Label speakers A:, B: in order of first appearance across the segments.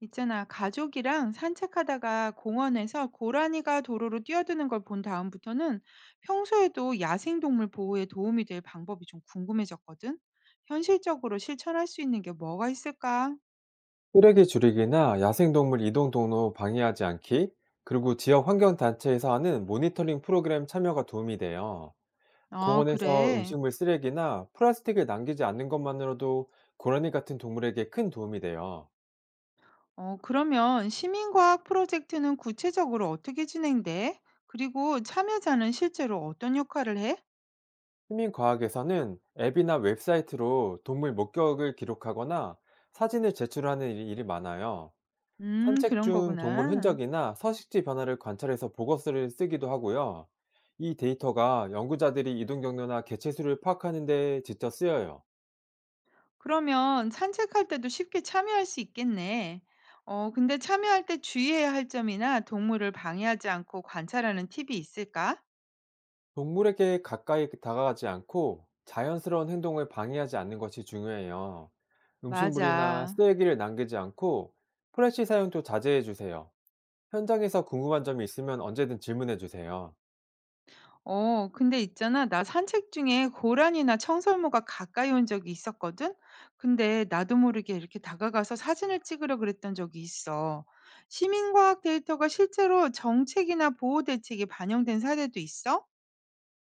A: 있잖아, 가족이랑 산책하다가 공원에서 고라니가 도로로 뛰어드는 걸 본 다음부터는 평소에도 야생동물 보호에 도움이 될 방법이 좀 궁금해졌거든? 현실적으로 실천할 수 있는 게 뭐가 있을까?
B: 쓰레기 줄이기나 야생동물 이동 동로 방해하지 않기, 그리고 지역 환경단체에서 하는 모니터링 프로그램 참여가 도움이 돼요.
A: 아,
B: 공원에서
A: 그래.
B: 음식물 쓰레기나 플라스틱을 남기지 않는 것만으로도 고라니 같은 동물에게 큰 도움이 돼요.
A: 그러면 시민과학 프로젝트는 구체적으로 어떻게 진행돼? 그리고 참여자는 실제로 어떤 역할을 해?
B: 시민과학에서는 앱이나 웹사이트로 동물 목격을 기록하거나 사진을 제출하는 일이 많아요. 산책
A: 그런
B: 중 동물
A: 거구나.
B: 흔적이나 서식지 변화를 관찰해서 보고서를 쓰기도 하고요. 이 데이터가 연구자들이 이동 경로나 개체수를 파악하는 데 직접 쓰여요.
A: 그러면 산책할 때도 쉽게 참여할 수 있겠네. 근데 참여할 때 주의해야 할 점이나 동물을 방해하지 않고 관찰하는 팁이 있을까?
B: 동물에게 가까이 다가가지 않고 자연스러운 행동을 방해하지 않는 것이 중요해요. 음식물이나
A: 맞아.
B: 쓰레기를 남기지 않고 프레시 사용도 자제해 주세요. 현장에서 궁금한 점이 있으면 언제든 질문해 주세요.
A: 근데 있잖아. 나 산책 중에 고란이나 청설모가 가까이 온 적이 있었거든? 근데 나도 모르게 이렇게 다가가서 사진을 찍으려 그랬던 적이 있어. 시민과학 데이터가 실제로 정책이나 보호 대책에 반영된 사례도 있어?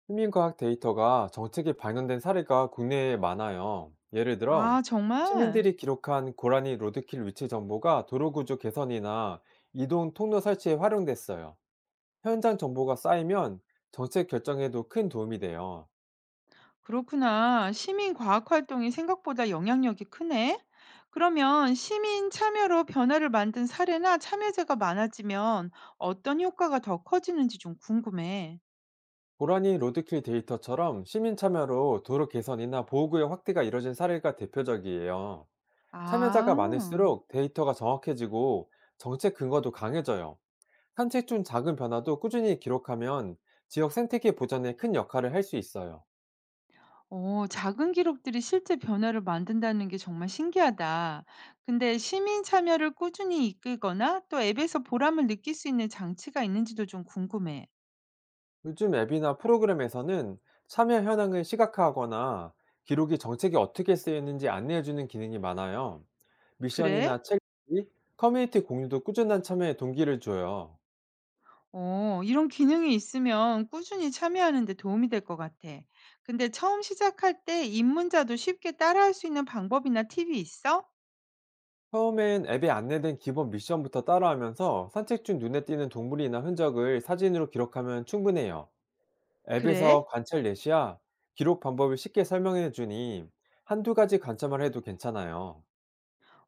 B: 시민과학 데이터가 정책에 반영된 사례가 국내에 많아요. 예를 들어,
A: 아, 정말?
B: 시민들이 기록한 고라니 로드킬 위치 정보가 도로 구조 개선이나 이동 통로 설치에 활용됐어요. 현장 정보가 쌓이면 정책 결정에도 큰 도움이 돼요.
A: 그렇구나. 시민 과학 활동이 생각보다 영향력이 크네. 그러면 시민 참여로 변화를 만든 사례나 참여자가 많아지면 어떤 효과가 더 커지는지 좀 궁금해.
B: 고라니 로드킬 데이터처럼 시민 참여로 도로 개선이나 보호구역 확대가 이뤄진 사례가 대표적이에요.
A: 아,
B: 참여자가 많을수록 데이터가 정확해지고 정책 근거도 강해져요. 산책 중 작은 변화도 꾸준히 기록하면 지역 생태계 보전에 큰 역할을 할 수 있어요.
A: 작은 기록들이 실제 변화를 만든다는 게 정말 신기하다. 근데 시민 참여를 꾸준히 이끌거나 또 앱에서 보람을 느낄 수 있는 장치가 있는지도 좀 궁금해.
B: 요즘 앱이나 프로그램에서는 참여 현황을 시각화하거나 기록이 정책에 어떻게 쓰였는지 안내해주는 기능이 많아요.
A: 그래?
B: 미션이나 책, 커뮤니티 공유도 꾸준한 참여에 동기를 줘요.
A: 이런 기능이 있으면 꾸준히 참여하는 데 도움이 될 것 같아. 근데 처음 시작할 때 입문자도 쉽게 따라할 수 있는 방법이나 팁이 있어?
B: 처음엔 앱에 안내된 기본 미션부터 따라하면서 산책 중 눈에 띄는 동물이나 흔적을 사진으로 기록하면 충분해요.
A: 그래?
B: 앱에서 관찰 예시야 기록 방법을 쉽게 설명해 주니 한두 가지 관찰만 해도 괜찮아요.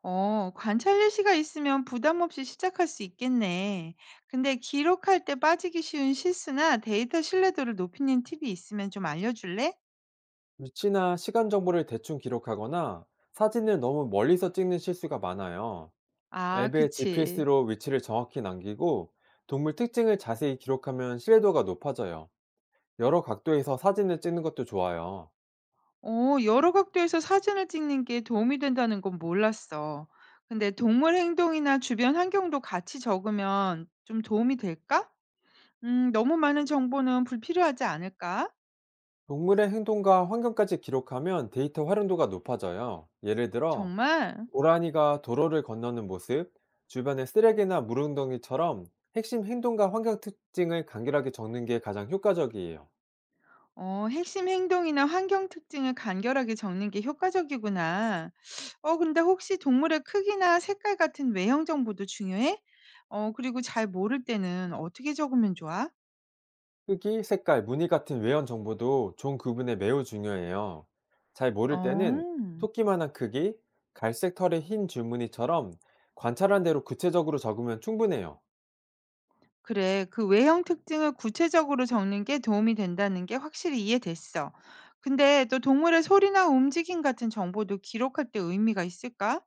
A: 관찰 예시가 있으면 부담 없이 시작할 수 있겠네. 근데 기록할 때 빠지기 쉬운 실수나 데이터 신뢰도를 높이는 팁이 있으면 좀 알려줄래?
B: 위치나 시간 정보를 대충 기록하거나 사진을 너무 멀리서 찍는 실수가 많아요.
A: 아,
B: 앱에
A: 그치.
B: GPS로 위치를 정확히 남기고 동물 특징을 자세히 기록하면 신뢰도가 높아져요. 여러 각도에서 사진을 찍는 것도 좋아요.
A: 어 여러 각도에서 사진을 찍는 게 도움이 된다는 건 몰랐어. 근데 동물 행동이나 주변 환경도 같이 적으면 좀 도움이 될까? 너무 많은 정보는 불필요하지 않을까?
B: 동물의 행동과 환경까지 기록하면 데이터 활용도가 높아져요. 예를 들어
A: 정말?
B: 고라니가 도로를 건너는 모습, 주변의 쓰레기나 물웅덩이처럼 핵심 행동과 환경 특징을 간결하게 적는 게 가장 효과적이에요.
A: 핵심 행동이나 환경 특징을 간결하게 적는 게 효과적이구나. 근데 혹시 동물의 크기나 색깔 같은 외형 정보도 중요해? 그리고 잘 모를 때는 어떻게 적으면 좋아?
B: 크기, 색깔, 무늬 같은 외연 정보도 종 구분에 매우 중요해요. 잘
A: 어.
B: 모를 때는 토끼만한 크기, 갈색 털의 흰 줄무늬처럼 관찰한 대로 구체적으로 적으면 충분해요.
A: 그래, 그 외형 특징을 구체적으로 적는 게 도움이 된다는 게 확실히 이해됐어. 근데 또 동물의 소리나 움직임 같은 정보도 기록할 때 의미가 있을까?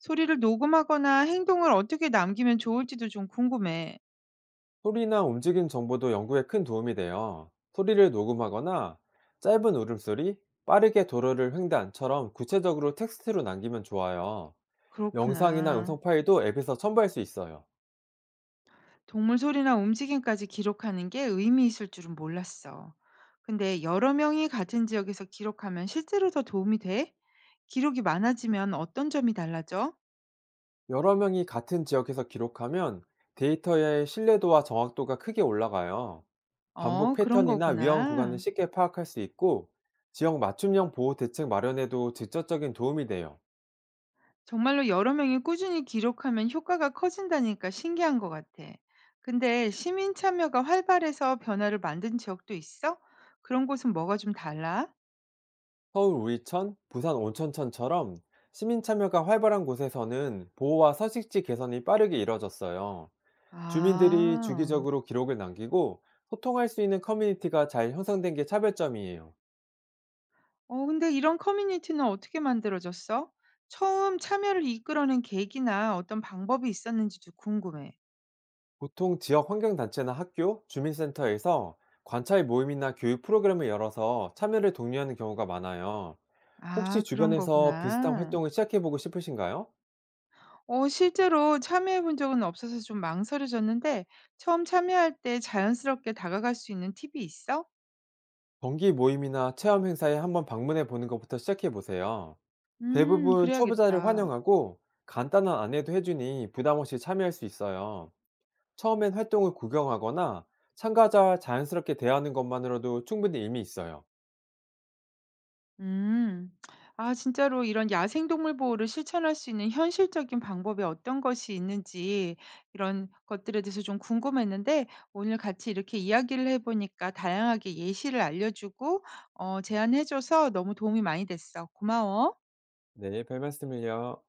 A: 소리를 녹음하거나 행동을 어떻게 남기면 좋을지도 좀 궁금해.
B: 소리나 움직임 정보도 연구에 큰 도움이 돼요. 소리를 녹음하거나 짧은 울음소리, 빠르게 도로를 횡단처럼 구체적으로 텍스트로 남기면 좋아요. 영상이나
A: 그렇구나.
B: 음성 파일도 앱에서 첨부할 수 있어요.
A: 동물 소리나 움직임까지 기록하는 게 의미 있을 줄은 몰랐어. 근데 여러 명이 같은 지역에서 기록하면 실제로 더 도움이 돼? 기록이 많아지면 어떤 점이 달라져?
B: 여러 명이 같은 지역에서 기록하면 데이터의 신뢰도와 정확도가 크게 올라가요. 반복
A: 그런
B: 패턴이나 위험 구간을
A: 거구나.
B: 쉽게 파악할 수 있고 지역 맞춤형 보호 대책 마련에도 직접적인 도움이 돼요.
A: 정말로 여러 명이 꾸준히 기록하면 효과가 커진다니까 신기한 것 같아. 근데 시민 참여가 활발해서 변화를 만든 지역도 있어? 그런 곳은 뭐가 좀 달라?
B: 서울 우이천, 부산 온천천처럼 시민 참여가 활발한 곳에서는 보호와 서식지 개선이 빠르게 이뤄졌어요. 주민들이
A: 아,
B: 주기적으로 기록을 남기고 소통할 수 있는 커뮤니티가 잘 형성된 게 차별점이에요.
A: 근데 이런 커뮤니티는 어떻게 만들어졌어? 처음 참여를 이끌어낸 계기나 어떤 방법이 있었는지도 궁금해.
B: 보통 지역 환경단체나 학교, 주민센터에서 관찰 모임이나 교육 프로그램을 열어서 참여를 독려하는 경우가 많아요. 혹시
A: 아, 그런
B: 주변에서 비슷한
A: 거구나.
B: 활동을 시작해보고 싶으신가요?
A: 실제로 참여해 본 적은 없어서 좀 망설여졌는데, 처음 참여할 때 자연스럽게 다가갈 수 있는 팁이 있어?
B: 정기 모임이나 체험 행사에 한번 방문해 보는 것부터 시작해보세요. 대부분 초보자를
A: 그래야겠다.
B: 환영하고 간단한 안내도 해주니 부담 없이 참여할 수 있어요. 처음엔 활동을 구경하거나 참가자와 자연스럽게 대하는 것만으로도 충분히 의미 있어요.
A: 음. 아 진짜로 이런 야생 동물 보호를 실천할 수 있는 현실적인 방법이 어떤 것이 있는지 이런 것들에 대해서 좀 궁금했는데 오늘 같이 이렇게 이야기를 해 보니까 다양하게 예시를 알려 주고 제안해 줘서 너무 도움이 많이 됐어. 고마워.
B: 네, 별 말씀을요.